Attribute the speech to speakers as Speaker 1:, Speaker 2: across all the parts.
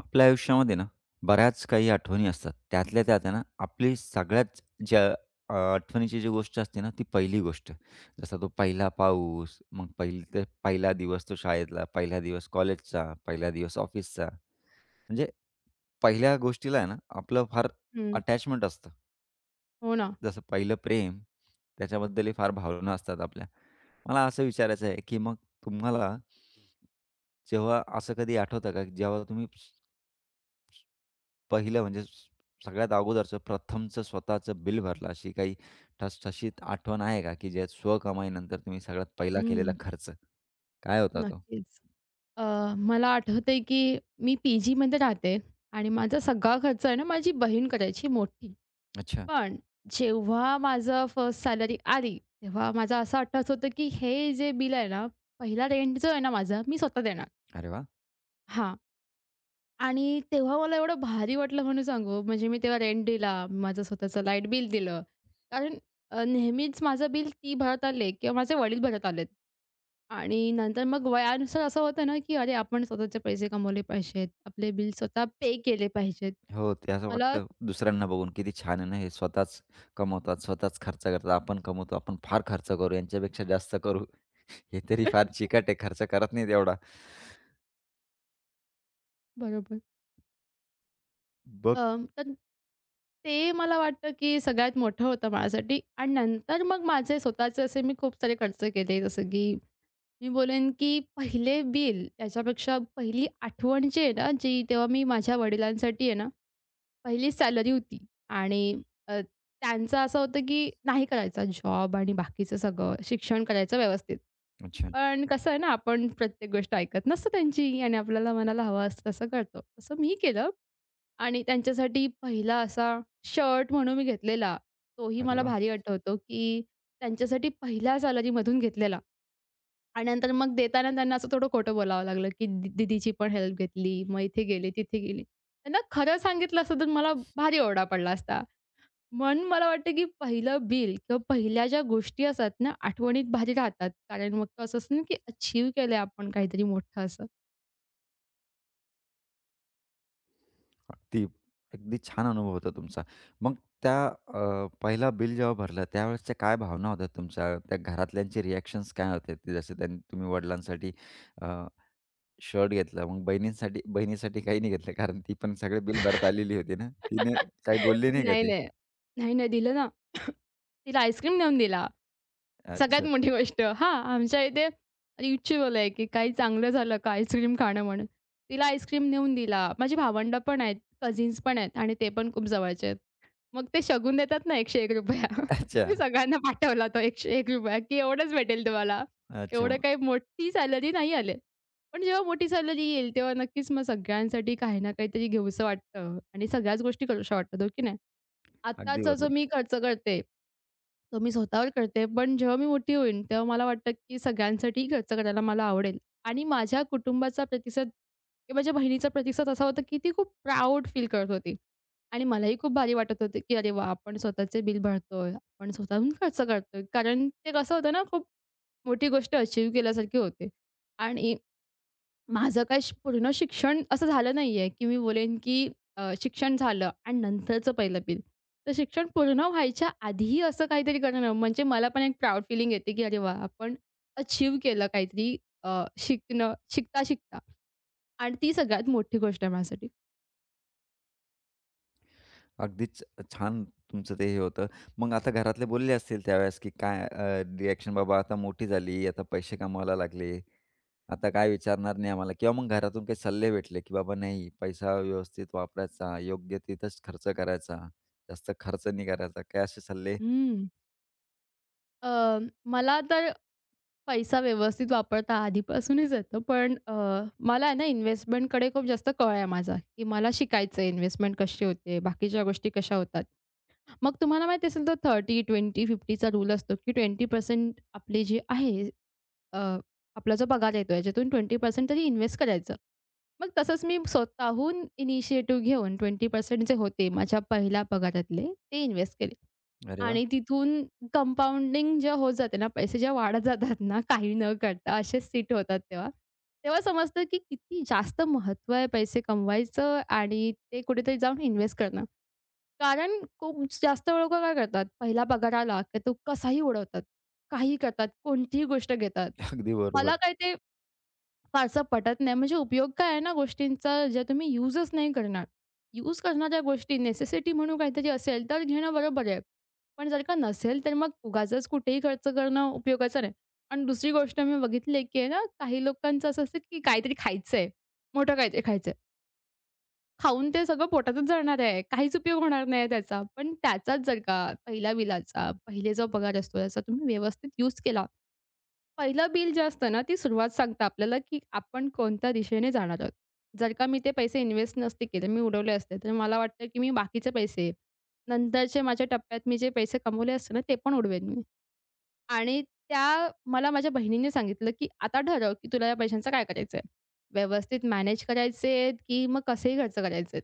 Speaker 1: आपल्या आयुष्यामध्ये ना, बऱ्याच काही आठवणी असतात. त्यातल्या त्यात आहे ना, आपली सगळ्यात ज्या आठवणीची जी गोष्ट असते ना, ती पहिली गोष्ट. जसा तो पहिला पाऊस, मग पहिला दिवस तो शाळेतला, पहिला दिवस कॉलेजचा, पहिला दिवस ऑफिसचा. म्हणजे पहिल्या गोष्टीला आहे ना, आपलं फार
Speaker 2: हं.
Speaker 1: अटॅचमेंट असतं.
Speaker 2: हो ना.
Speaker 1: जसं पहिलं प्रेम, त्याच्याबद्दलही फार भावना असतात आपल्या. मला असं विचारायचं आहे, की मग तुम्हाला जेव्हा असं कधी आठवतं का, जेव्हा तुम्ही पहिलं म्हणजे स सगळ्यात अगोदरचं प्रथमचं स्वतःचं बिल भरलं, अशी काही ठसठशीत आठवण आहे का, की ज्यात स्वकमाईनंतर तुम्ही सगळ्यात पहिला केलेला
Speaker 2: हं.
Speaker 1: खर्च? काय होता तो?
Speaker 2: नक्कीच. अ, मला आठवतंय की मी पीजीमध्ये राहते आणि माझा सगळा खर्च आहे ना, माझी बहीण करायची मोठी.
Speaker 1: अच्छा.
Speaker 2: पण जेव्हा माझं फर्स्ट सॅलरी आली, तेव्हा माझा असा अट्टास होतं की हे जे बिल आहे ना, पहिला रेंट जो आहे ना माझा, मी स्वतः देणार.
Speaker 1: अरे वाह!
Speaker 2: हां. आणि तेव्हा मला एवढं भारी वाटलं म्हणून सांगू, म्हणजे मी तेव्हा रेंट दिला, माझं स्वतःचं लाईट बिल दिलं. कारण नेहमीच माझं बिल ती भरत आले किंवा माझे वडील भरत आलेत. आणि नंतर मग वयानुसार असं होतं ना, की अरे आपण स्वतःचे पैसे कमवले पाहिजेत, आपले बिल स्वतः पे केले पाहिजेत.
Speaker 1: हो, ते असं
Speaker 2: मला
Speaker 1: वाटतं दुसऱ्यांना बघून किती छान आहे ना हे स्वतःच कमवतात, स्वतःच खर्च करतात. आपण कमवतो, आपण फार खर्च करू, यांच्यापेक्षा जास्त करू. हे तरी फार चिकाट आहे, खर्च करत नाहीत एवढा.
Speaker 2: बरोबर.
Speaker 1: बघ.
Speaker 2: अ, तर ते मला वाटतं, की सगळ्यात मोठं होतं माझ्यासाठी आणि नंतर मग माझे स्वतःचे असे मी खूप सारे खर्च केले, जसं की मी बोलेन की पहिले बिल याच्यापेक्षा पहिली आठवण जी आहे ना, जी तेव्हा मी माझ्या वडिलांसाठी आहे ना, पहिली सॅलरी होती आणि अ, त्यांचं असं होतं की नाही करायचा जॉब आणि बाकीचं सगळं शिक्षण करायचं व्यवस्थित.
Speaker 1: अच्छा.
Speaker 2: पण कसं आहे ना, आपण प्रत्येक गोष्ट ऐकत नसतो त्यांची आणि आपल्याला मनाला हवं असतं तसं करतो. तसं मी केलं आणि त्यांच्यासाठी पहिला असा शर्ट म्हणून मी घेतलेला, तोही
Speaker 1: अरे
Speaker 2: मला
Speaker 1: वाह!
Speaker 2: भारी आठवतो की त्यांच्यासाठी पहिल्या सॅलरीमधून घेतलेला. आणि नंतर मग देताना त्यांना असं थोडं खोटं बोलावं लागलं, की दीदीची पण हेल्प घेतली. मग इथे गेले, तिथे गेली. त्यांना खरं सांगितलं असतं तर मला भारी ओरडा पडला असता. म्हणून मला वाटतं, की पहिलं बिल किंवा पहिल्या ज्या गोष्टी असतात ना, आठवणीत भारी राहतात. कारण मग तो असं असतं ना, की अचीव्ह केलंय आपण काहीतरी मोठं असं.
Speaker 1: अगदी, अगदी छान अनुभव होता तुमचा. मग पहिला बिल जेव्हा भरलं त्यावेळेसच्या काय भावना होत्या तुमच्या? त्या घरातल्यांचे रिएक्शन्स काय होते? ते जसे त्यांनी तुम्ही वडिलांसाठी अ, शर्ट घेतला, मग बहिणीसाठी काही नाही घेतलं कारण ती पण सगळे बिल भरत आलेली होती ना. तिने काही बोलली नाही का
Speaker 2: नाही,
Speaker 1: ती?
Speaker 2: नाही. नाही, नाही दिलं ना. तिला आईस्क्रीम नेऊन दिला. सगळ्यात
Speaker 1: अच्छा,
Speaker 2: मोठी गोष्ट हां, आमच्या इथे रिच्युअल आहे, की काही चांगलं झालं का आईस्क्रीम खाणं म्हणून. तिला आईस्क्रीम नेऊन दिला. माझी भावंडं पण आहेत, कझिन्स पण आहेत आणि ते पण खूप जवळचे आहेत. मग ते शगुन देतात ना ₹101
Speaker 1: अच्छा,
Speaker 2: मी सगळ्यांना पाठवला तो ₹101 की एवढंच भेटेल तुम्हाला.
Speaker 1: अच्छा.
Speaker 2: एवढं काही मोठी सॅलरी नाही आली. पण जेव्हा मोठी सॅलरी येईल तेव्हा नक्कीच मग सगळ्यांसाठी काही ना काहीतरी घेऊसं वाटतं आणि सगळ्याच गोष्टी करूशा वाटतात, हो की नाही?
Speaker 1: अगदी
Speaker 2: आत्ताचा जो
Speaker 1: बरोबर.
Speaker 2: मी खर्च करते तो मी स्वतःवर करते, पण जेव्हा मी मोठी होईन, तेव्हा मला वाटतं, की सगळ्यांसाठी खर्च करायला मला आवडेल आणि माझ्या कुटुंबाचा प्रतिसाद किंवा माझ्या बहिणीचा प्रतिसाद असा होता, की ती खूप प्राउड फील करत होती आणि मलाही खूप भारी वाटत होतं, की "अरे वाह! आपण स्वतःचे बिल भरतोय, आपण स्वतःहून खर्च करतोय." कारण ते कसं होतं ना, खूप मोठी गोष्ट अचीव्ह केल्यासारखी होते आणि माझं काय पूर्ण शिक्षण असं झालं नाहीये, की मी बोलेन की शिक्षण झालं आणि नंतरचं पहिलं बिल. तर शिक्षण पूर्ण व्हायच्या आधीही असं काहीतरी करणं म्हणजे मला पण एक प्राउड फीलिंग येते, की अरे वाह! आपण अचीव्ह केलं काहीतरी शिकणं शिकता-शिकता आणि ती सगळ्यात मोठी गोष्ट आहे माझ्यासाठी.
Speaker 1: अगदीच छान तुमचं ते हे होतं. मग आता घरातले बोलले असतील त्यावेळेस, की बाबा आता मोठी झाली, आता पैसे कमवायला लागले, आता काय विचारणार नाही आम्हाला किंवा मग घरातून काही सल्ले भेटले, की बाबा नाही पैसा व्यवस्थित वापरायचा, योग्य तिथंच खर्च करायचा, जास्त खर्च नाही करायचा. काय असे सल्ले?
Speaker 2: हं. अ, मला तर पैसा व्यवस्थित वापरता आधीपासूनच येतं. पण मला आहे ना इन्व्हेस्टमेंटकडे खूप जास्त कळ आहे माझा, की मला शिकायचं आहे इन्व्हेस्टमेंट कशी होते, बाकीच्या गोष्टी कशा होतात. मग तुम्हाला माहिती असेल तर 30, 20, 50चा रूल असतो, की 20% आपले जे आहे अ, आपला जो पगार येतो याच्यातून 20% तरी इन्व्हेस्ट करायचं. मग तसंच मी स्वतःहून इनिशिएटिव्ह घेऊन 20% जे होते माझ्या पहिल्या पगारातले, ते इन्व्हेस्ट केले.
Speaker 1: अरे वाह!
Speaker 2: आणि तिथून कंपाउंडिंग जेव्हा होत जाते ना, पैसे जेव्हा वाढत जातात ना, काही न करता असेच सेट होतात तेव्हा, तेव्हा समजतं की किती जास्त महत्त्व आहे पैसे कमवायचं आणि ते कुठेतरी जाऊन इन्व्हेस्ट करणं. कारण खूप जास्त लोकं काय करतात, पहिला पगार आला की तो कसाही उडवतात, काहीही करतात, कोणतीही गोष्ट घेतात.
Speaker 1: अगदी
Speaker 2: मला
Speaker 1: बरोबर.
Speaker 2: काय ते फारसा पटत नाही. म्हणजे उपयोग काय आहे ना गोष्टींचा ज्या तुम्ही युजच नाही करणार. युज करणाऱ्या गोष्टी नेसेसिटी म्हणून काहीतरी असेल तर घेणं बरोबर आहे. पण जर का नसेल तर मग उगाचच कुठेही खर्च करणं उपयोगाचं नाही. आणि दुसरी गोष्ट मी बघितली की आहे ना काही लोकांचं असं असतं की काहीतरी खायचंय, मोठं काहीतरी खायचंय. खाऊन ते सगळं पोटातच जाणार आहे. काहीच उपयोग होणार नाही त्याचा. पण त्याचाच जर का पहिला बिलाचा, पहिले जो पगार असतो त्याचा तुम्ही व्यवस्थित युज केला पहिलं बिल जे असतं ना, ती सुरुवात सांगते आपल्याला, की आपण कोणत्या दिशेने जाणार आहोत. जर का मी ते पैसे इन्व्हेस्ट नसते केले, मी उडवले असते, तर मला वाटतं, की मी बाकीचे पैसे नंतरच्या माझ्या टप्प्यात मी जे पैसे कमवले असते ना, ते पण उडवेन मी. आणि त्या मला माझ्या बहिणीने सांगितलं, की "आता ठरव, की तुला या पैशांचं काय करायचंय? व्यवस्थित मॅनेज करायचेत, की मग कसेही खर्च करायचेत?"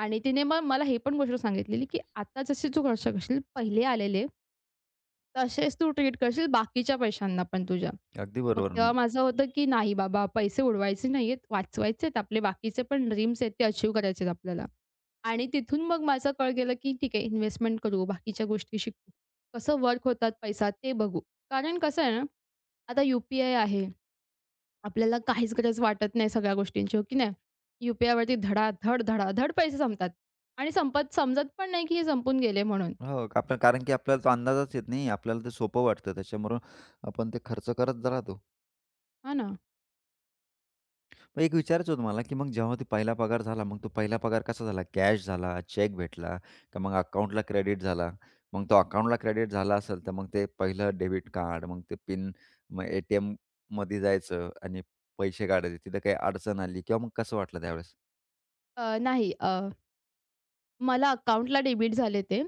Speaker 2: आणि तिने मग मला ही पण गोष्ट सांगितलेली, की "आता जसे तू खर्च करशील, पहिले आलेले तसेच तू ट्रीट करशील बाकीच्या पैशांना पण तुझ्या.
Speaker 1: अगदी
Speaker 2: मग
Speaker 1: बरोबर
Speaker 2: तेव्हा
Speaker 1: म्हणजे
Speaker 2: माझं होतं, की नाही बाबा पैसे उडवायचे नाहीयेत, वाचवायचेत आपले बाकीचे पण ड्रीम्स आहेत ते अचीव्ह करायचेत आपल्याला. आणि तिथून मग माझं कळ गेलं, की ठीक आहे इन्व्हेस्टमेंट करू, बाकीच्या गोष्टी शिकू. कसं वर्क होतात पैसा ते बघू. कारण कसं आहे ना, आता यू-पी-आय आहे. आपल्याला काहीच गरज वाटत नाही सगळ्या गोष्टींची, हो की नाही? यू-पी-आयवरती धडाधड, धडाधड पैसे संपतात आणि संपत समजत पण नाही, की हे संपून गेले म्हणून.
Speaker 1: हो, आपण कारण की आपल्याला तो अंदाजच येत नाही. आपल्याला ते सोपं वाटतं त्याच्यामुळं आपण ते खर्च करत राहतो.
Speaker 2: हां ना?
Speaker 1: मग एक विचारायचं होतं मला, की मग जेव्हा तो पहिला पगार झाला, मग तो पहिला पगार कसा झाला? कॅश झाला, चेक भेटला का मग अकाउंटला क्रेडिट झाला? मग तो अकाउंटला क्रेडिट झाला असेल, तर मग ते पहिलं डेबिट कार्ड, मग ते पिन, मग ए-टी-एममध्ये जायचं आणि पैसे काढायचे. तिथं काही अडचण आली किंवा मग कसं वाटलं त्यावेळेस?
Speaker 2: नाही मला अकाउंटला डेबिट झाले ते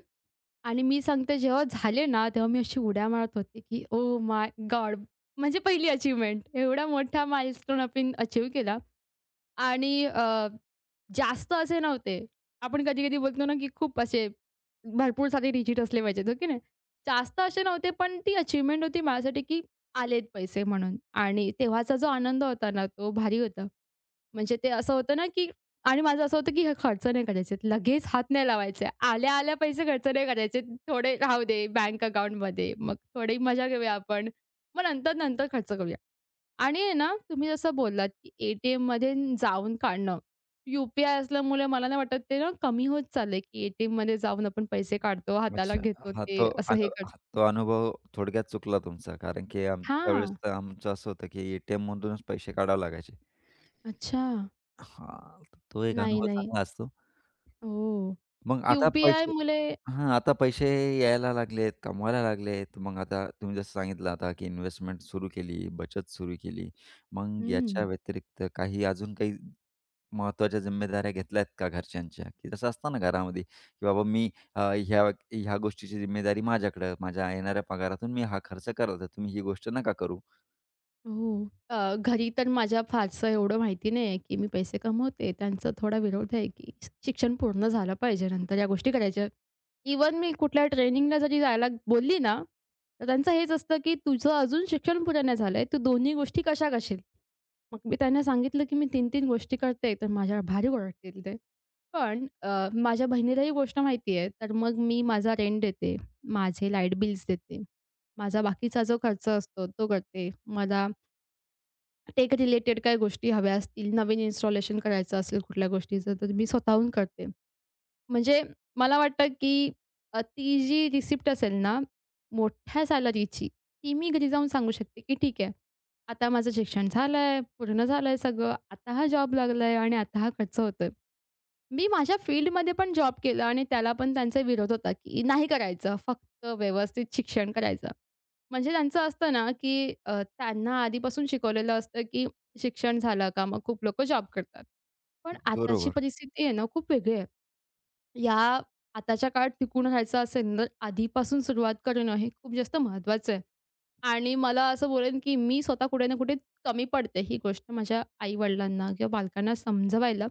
Speaker 2: आणि मी सांगते जेव्हा झाले ना, तेव्हा मी अशी उड्या मारत होते, की ओह माय गॉड! म्हणजे पहिली अचीव्हमेंट. एवढा मोठा माइलस्टोन आपण अचीव्ह केला आणि जास्त असे नव्हते. आपण कधी-कधी बोलतो ना, की खूप असे भरपूर सारे डिजिट असले पाहिजेत, हो की नाही? जास्त असे नव्हते, पण ती अचीव्हमेंट होती माझ्यासाठी, की आलेत पैसे म्हणून आणि तेव्हाचा जो आनंद होता ना, तो भारी होता. म्हणजे ते असं होतं ना, की आणि माझं असं होतं, की हे खर्च नाही करायचे. लगेच हात नाही लावायचे. आल्या-आल्या पैसे खर्च नाही करायचे. थोडे राहू दे बँक अकाउंटमध्ये. मग थोडी मजा घेऊया आपण. मग नंतर-नंतर खर्च करूया. आणि आहे ना, तुम्ही जसं बोललात, की ए टी जाऊन काढणं. यू असल्यामुळे मला नाही वाटत ते ना, कमी होत चाललंय, की ए टी जाऊन आपण पैसे काढतो, हाताला
Speaker 1: अच्छा.
Speaker 2: घेतो
Speaker 1: हां,
Speaker 2: ते
Speaker 1: तो
Speaker 2: असं हे
Speaker 1: अनु
Speaker 2: करतो.
Speaker 1: हा, तो अनुभव थोडक्यात चुकला तुमचा. कारण की आमच्या वेळेस
Speaker 2: हां.
Speaker 1: तर आमचं असं होतं, की ए-टी-एम पैसे काढावे लागायचे.
Speaker 2: अच्छा.
Speaker 1: हां, तो एक
Speaker 2: नाही,
Speaker 1: अनुभव
Speaker 2: नाही.
Speaker 1: चांगला असतो.
Speaker 2: ओह!
Speaker 1: मग आता पैसे
Speaker 2: यू-पी-आयमुळे
Speaker 1: हां, आता पैसे यायला लागलेत, कमवायला लागलेत. मग आता तुम्ही जसं सांगितलं आता की इन्व्हेस्टमेंट सुरू केली, बचत सुरू केली. मग याच्या व्यतिरिक्त काही अजून काही महत्त्वाच्या जिम्मेदाऱ्या घेतल्या आहेत का घरच्यांच्या? की तसं असतं ना घरामध्ये, की बाबा मी अ, ह्या ह्या गोष्टीची जिम्मेदारी माझ्याकडं, माझ्या येणाऱ्या पगारातून मी हा खर्च करत आहे. तुम्ही ही गोष्ट नका करू.
Speaker 2: हो. घरी तर माझ्या फारसं एवढं माहिती नाही आहे, की मी पैसे कमवते. त्यांचा थोडा विरोध आहे, की शिक्षण पूर्ण झालं पाहिजे, नंतर या गोष्टी करायच्या. इवन मी कुठल्या ट्रेनिंगला जरी जायला बोलली ना, तर त्यांचं हेच असतं, की "तुझं अजून शिक्षण पूर्ण नाही झालंय, तू दोन्ही गोष्टी कशा करशील?" मग मी त्यांना सांगितलं, की मी 3-3 गोष्टी करते, तर माझ्यावर भारी ओरडतील ते. पण माझ्या बहिणीला ही गोष्ट माहिती आहे, तर मग मी माझा रेंट देते, माझे लाईट बिल्स देते, माझा बाकीचा जो खर्च असतो तो करते. मला टेक रिलेटेड काय गोष्टी हव्या असतील, नवीन इन्स्टॉलेशन करायचं असेल कुठल्या गोष्टीचं, तर मी स्वतःहून करते. म्हणजे मला वाटतं, की ती जी रिसिप्ट असेल ना, मोठ्या सॅलरीची, ती मी घरी जाऊन सांगू शकते, की ठीक आहे, आता माझं शिक्षण झालंय, पूर्ण झालंय सगळं, आता हा जॉब लागलाय आणि आता हा खर्च होतोय. मी माझ्या फील्डमध्ये पण जॉब केला आणि त्याला पण त्यांचा विरोध होता, की नाही करायचं, फक्त व्यवस्थित शिक्षण करायचं. म्हणजे त्यांचं असतं ना, की त्यांना आधीपासून शिकवलेलं असतं, की शिक्षण झालं का मग खूप लोकं जॉब करतात. पण आताची
Speaker 1: बरोबर.
Speaker 2: परिस्थिती आहे ना, खूप वेगळी आहे. या आताच्या काळात टिकून राहायचं असेल तर आधीपासून सुरुवात करणं हे खूप जास्त महत्त्वाचं आहे. आणि मला असं बोलेन, की मी स्वतः कुठे ना कुठे कमी पडते. ही गोष्ट माझ्या आई-वडिलांना किंवा पालकांना समजवायला.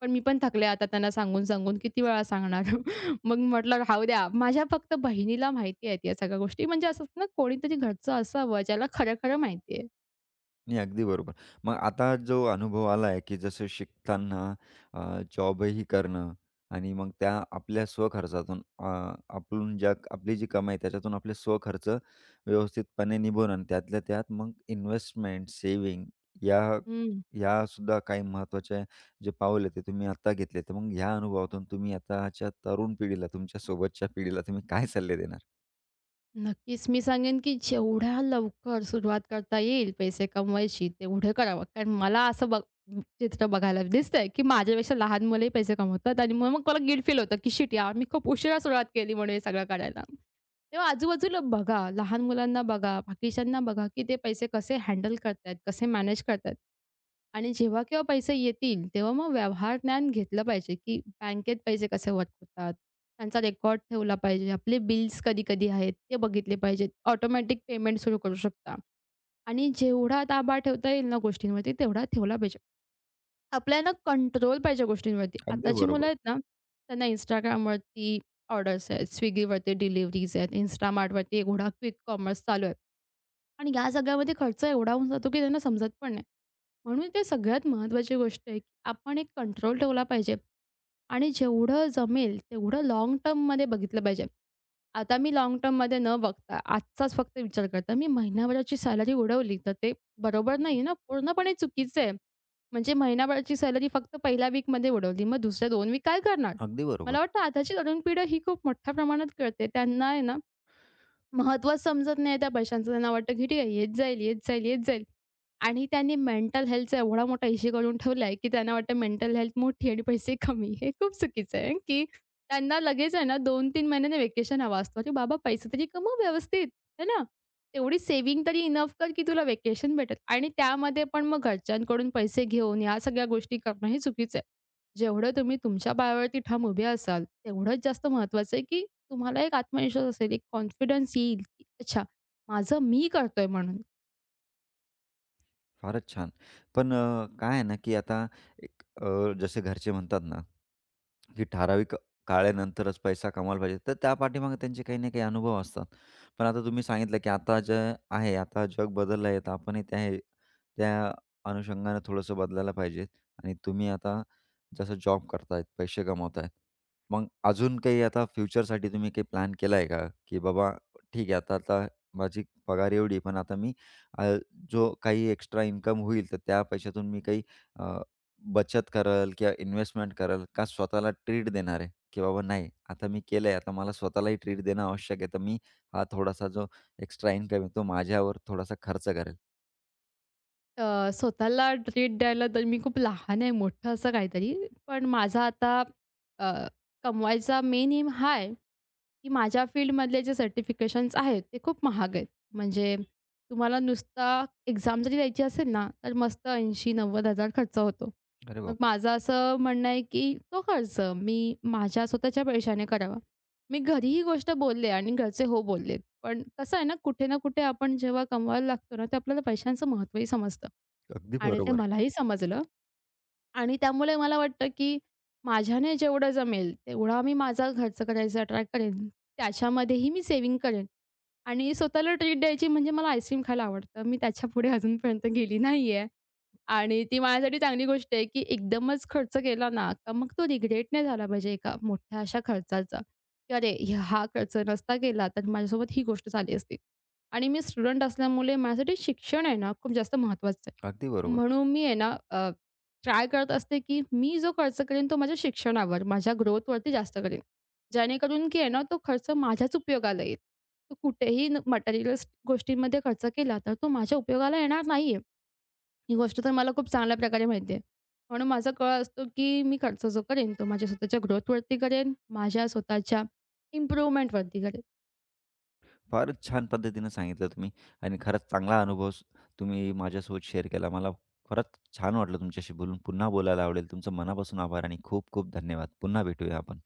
Speaker 2: पण मी पण थकले आता त्यांना सांगून-सांगून किती वेळा सांगणार. मग म्हटलं राहू द्या. माझ्या फक्त बहिणीला माहिती आहेत या सगळ्या गोष्टी. म्हणजे असं असतं ना कोणीतरी घरचं असावं ज्याला खरं-खरं माहिती आहे.
Speaker 1: नाही, अगदी बरोबर. मग आता जो अनुभव आला आहे, की जसं शिकताना जॉबही करणं आणि मग त्या आपल्या स्वखर्चातून अ, आपण आपली जी कमाई आहे त्याच्यातून आपले स्वखर्च व्यवस्थितपणे निभवणं आणि त्यातल्या त्यात मग इन्व्हेस्टमेंट, सेविंग या यासुद्धा काही महत्त्वाचे जे पाऊल आहे ते तुम्ही आता घेतले. तर मग ह्या अनुभवातून तुम्ही आताच्या तरुण पिढीला, तुमच्या सोबतच्या पिढीला तुम्ही काय सल्ले देणार?
Speaker 2: नक्कीच. मी सांगेन, की जेवढ्या लवकर सुरुवात करता येईल पैसे कमवायची, तेवढं करावं. कारण मला असं चित्र बघायला दिसतंय, की माझ्यापेक्षा लहान मुलंही पैसे कमवतात आणि मग मग मला गिल्ट फील होतं, की शिट यार, मी खूप उशिरा सुरुवात केली म्हणून हे सगळं करायला. तेव्हा आजूबाजूला बघा, लहान मुलांना बघा, बाकीच्यांना बघा, की ते पैसे कसे हँडल करतायत, कसे मॅनेज करतायत. आणि जेव्हा केव्हा पैसे येतील, तेव्हा मग व्यवहार ज्ञान घेतलं पाहिजे, की बँकेत पैसे कसे वर्क होतात, त्यांचा रेकॉर्ड ठेवला पाहिजे. आपले बिल्स कधी-कधी आहेत ते बघितले पाहिजेत. ऑटोमॅटिक पेमेंट सुरू करू शकता आणि जेवढा ताबा ठेवता येईल ना गोष्टींवरती तेवढा ठेवला पाहिजे. आपल्याला कंट्रोल पाहिजे गोष्टींवरती.
Speaker 1: अगदी
Speaker 2: आताची मुलं
Speaker 1: बरोबर.
Speaker 2: आहेत ना, त्यांना Instagramवरती ऑर्डर्स आहेत, Swiggyवरती डिलिव्हरीज आहेत, Instamart एवढा क्विक कॉमर्स चालू आहे आणि या सगळ्यामध्ये खर्च एवढा होऊन जातो की त्यांना समजत पण नाही. म्हणून ते सगळ्यात महत्त्वाची गोष्ट आहे की आपण एक कंट्रोल ठेवला पाहिजे. आणि जेवढं जमेल तेवढं लाँग टर्ममध्ये बघितलं पाहिजे. आता मी लाँग टर्ममध्ये न बघता आजचाच फक्त विचार करते. मी महिनाभराची सॅलरी उडवली तर ते बरोबर नाही ना, पूर्णपणे चुकीचं आहे. म्हणजे महिनाभराची सॅलरी फक्त पहिल्या वीकमध्ये उडवली, मग दुसऱ्या 2 वीक काय करणार?
Speaker 1: अगदी
Speaker 2: मला
Speaker 1: बरोबर.
Speaker 2: वाटतं आताची तरुण पिढी ही खूप मोठ्या प्रमाणात कळते. त्यांना आहे ना महत्त्वच समजत नाही त्या पैशांचं. त्यांना वाटतं की ठीक आहे येत जाईल, येत जाईल, येत जाईल. आणि त्यांनी मेंटल हेल्थचा एवढा मोठा इश्यू करून ठेवला आहे, की त्यांना वाटतं मेंटल हेल्थ मोठी आणि पैसे कमी. हे खूप चुकीचं आहे, की त्यांना लगेच आहे ना 2-3 महिन्याने व्हेकेशन हवा असतो. अरे बाबा पैसे तरी कमव व्यवस्थित, है ना? तेवढी सेव्हिंग तरी इनफ कर, की तुला व्हेकेशन भेटेल. आणि त्यामध्ये पण मग घरच्यांकडून पैसे घेऊन ह्या सगळ्या गोष्टी करणं हे चुकीचं आहे. जेवढं तुम्ही तुमच्या पायावरती ठाम उभे असाल, तेवढंच जास्त महत्त्वाचं आहे, की तुम्हाला एक आत्मविश्वास असेल, एक कॉन्फिडन्स येईल, की अच्छा माझं मी करतोय म्हणून.
Speaker 1: फारच छान. पण काय आहे ना, की आता जसे घरचे म्हणतात ना, की ठराविक काळानंतरच पैसा कमवायला पाहिजे. तर त्या पाठीमागे त्यांचे काही ना काही अनुभव असतात. पण आता तुम्ही सांगितलं, की आता जे आहे, आता जग बदललं आहे, तर आपणही त्या अनुषंगाने थोडंसं बदलायला पाहिजे. आणि तुम्ही आता जसं जॉब करतायत, पैसे कमावतायत. मग अजून काही आता फ्युचरसाठी तुम्ही काही प्लॅन केला आहे का? की बाबा ठीक आहे, आता आता माझी पगार एवढी, पण आता मी जो काही एक्स्ट्रा इन्कम होईल, तर त्या पैशातून मी अ, बचत करेल किंवा इन्व्हेस्टमेंट करेल का स्वतःला ट्रीट देणार आहे, की बाबा नाही आता मी केलंय, आता मला स्वतःलाही ट्रीट देणं आवश्यक आहे. तर मी हा थोडासा जो एक्स्ट्रा इन्कम आहे, तो माझ्यावर थोडासा खर्च करेल.
Speaker 2: स्वतःला ट्रीट द्यायला तर मी खूप लहान आहे, मोठं असं काहीतरी. पण माझा आता अ, कमवायचा मेन एम हा आहे. की माझ्या फील्डमधले जे सर्टिफिकेशन्स आहेत, ते खूप महाग आहेत. म्हणजे तुम्हाला नुसता एक्झाम जरी द्यायची असेल ना, तर मस्त 80,000 हजार खर्च होतो.
Speaker 1: अरे
Speaker 2: मग
Speaker 1: बापरे!
Speaker 2: माझं असं म्हणणं आहे की तो खर्च मी माझ्या स्वतःच्या पैशाने करावा. मी घरी ही गोष्ट बोलले आणि घरचे हो बोलले. पण कसं आहे ना, कुठे ना कुठे आपण जेव्हा कमवायला लागतो ना, ते आपल्याला पैशांचं महत्त्वही समजतं
Speaker 1: अगदी
Speaker 2: आणि ते
Speaker 1: बरोबर.
Speaker 2: मलाही समजलं. आणि त्यामुळे मला वाटतं, की माझ्याने जेवढं जमेल तेवढा मी माझा खर्च करायचा ट्राय करेन. त्याच्यामध्येही मी सेव्हिंग करेन आणि स्वतःला ट्रीट द्यायची म्हणजे मला आईस्क्रीम खायला आवडतं. मी त्याच्यापुढे अजूनपर्यंत गेली नाहीये. आणि ती माझ्यासाठी चांगली गोष्ट आहे, की एकदमच खर्च केला ना, का मग तो रिग्रेट नाही झाला पाहिजे एका मोठ्या अशा खर्चाचा, की "अरे, हा खर्च नसता केला तर माझ्यासोबत ही गोष्ट झाली असती." आणि मी स्टुडंट असल्यामुळे माझ्यासाठी शिक्षण आहे ना, खूप जास्त महत्त्वाचं
Speaker 1: अगदी
Speaker 2: आहे.
Speaker 1: बरोबर.
Speaker 2: म्हणून मी आहे ना, ट्राय करत असते, की मी जो खर्च करेन तो माझ्या शिक्षणावर, माझ्या ग्रोथवरती जास्त करेन. जेणेकरून की आहे ना, तो खर्च माझ्याच उपयोगाला येईल. तो कुठेही मटेरियलिस्ट गोष्टींमध्ये खर्च केला तर तो माझ्या उपयोगाला येणार नाहीये. ही गोष्ट तर मला खूप चांगल्या प्रकारे माहिती आहे. म्हणून माझा कल असतो, की मी खर्च जो करेन तो माझ्या स्वतःच्या ग्रोथवरती करेन, माझ्या स्वतःच्या इम्प्रूव्हमेंटवरती करेन.
Speaker 1: फारच छान पद्धतीनं सांगितलं तुम्ही आणि खरंच चांगला अनुभव स तुम्ही माझ्यासोबत शेअर केला. मला खरंच छान वाटलं तुमच्याशी बोलून. पुन्हा बोलायला आवडेल. तुमचं मनापासून आभार आणि खूप खूप धन्यवाद. पुन्हा भेटूया आपण.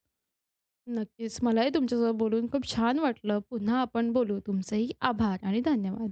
Speaker 2: नक्कीच मलाही तुमच्यासोबत बोलून खूप छान वाटलं. पुन्हा आपण बोलू. तुमचेही आभार आणि धन्यवाद.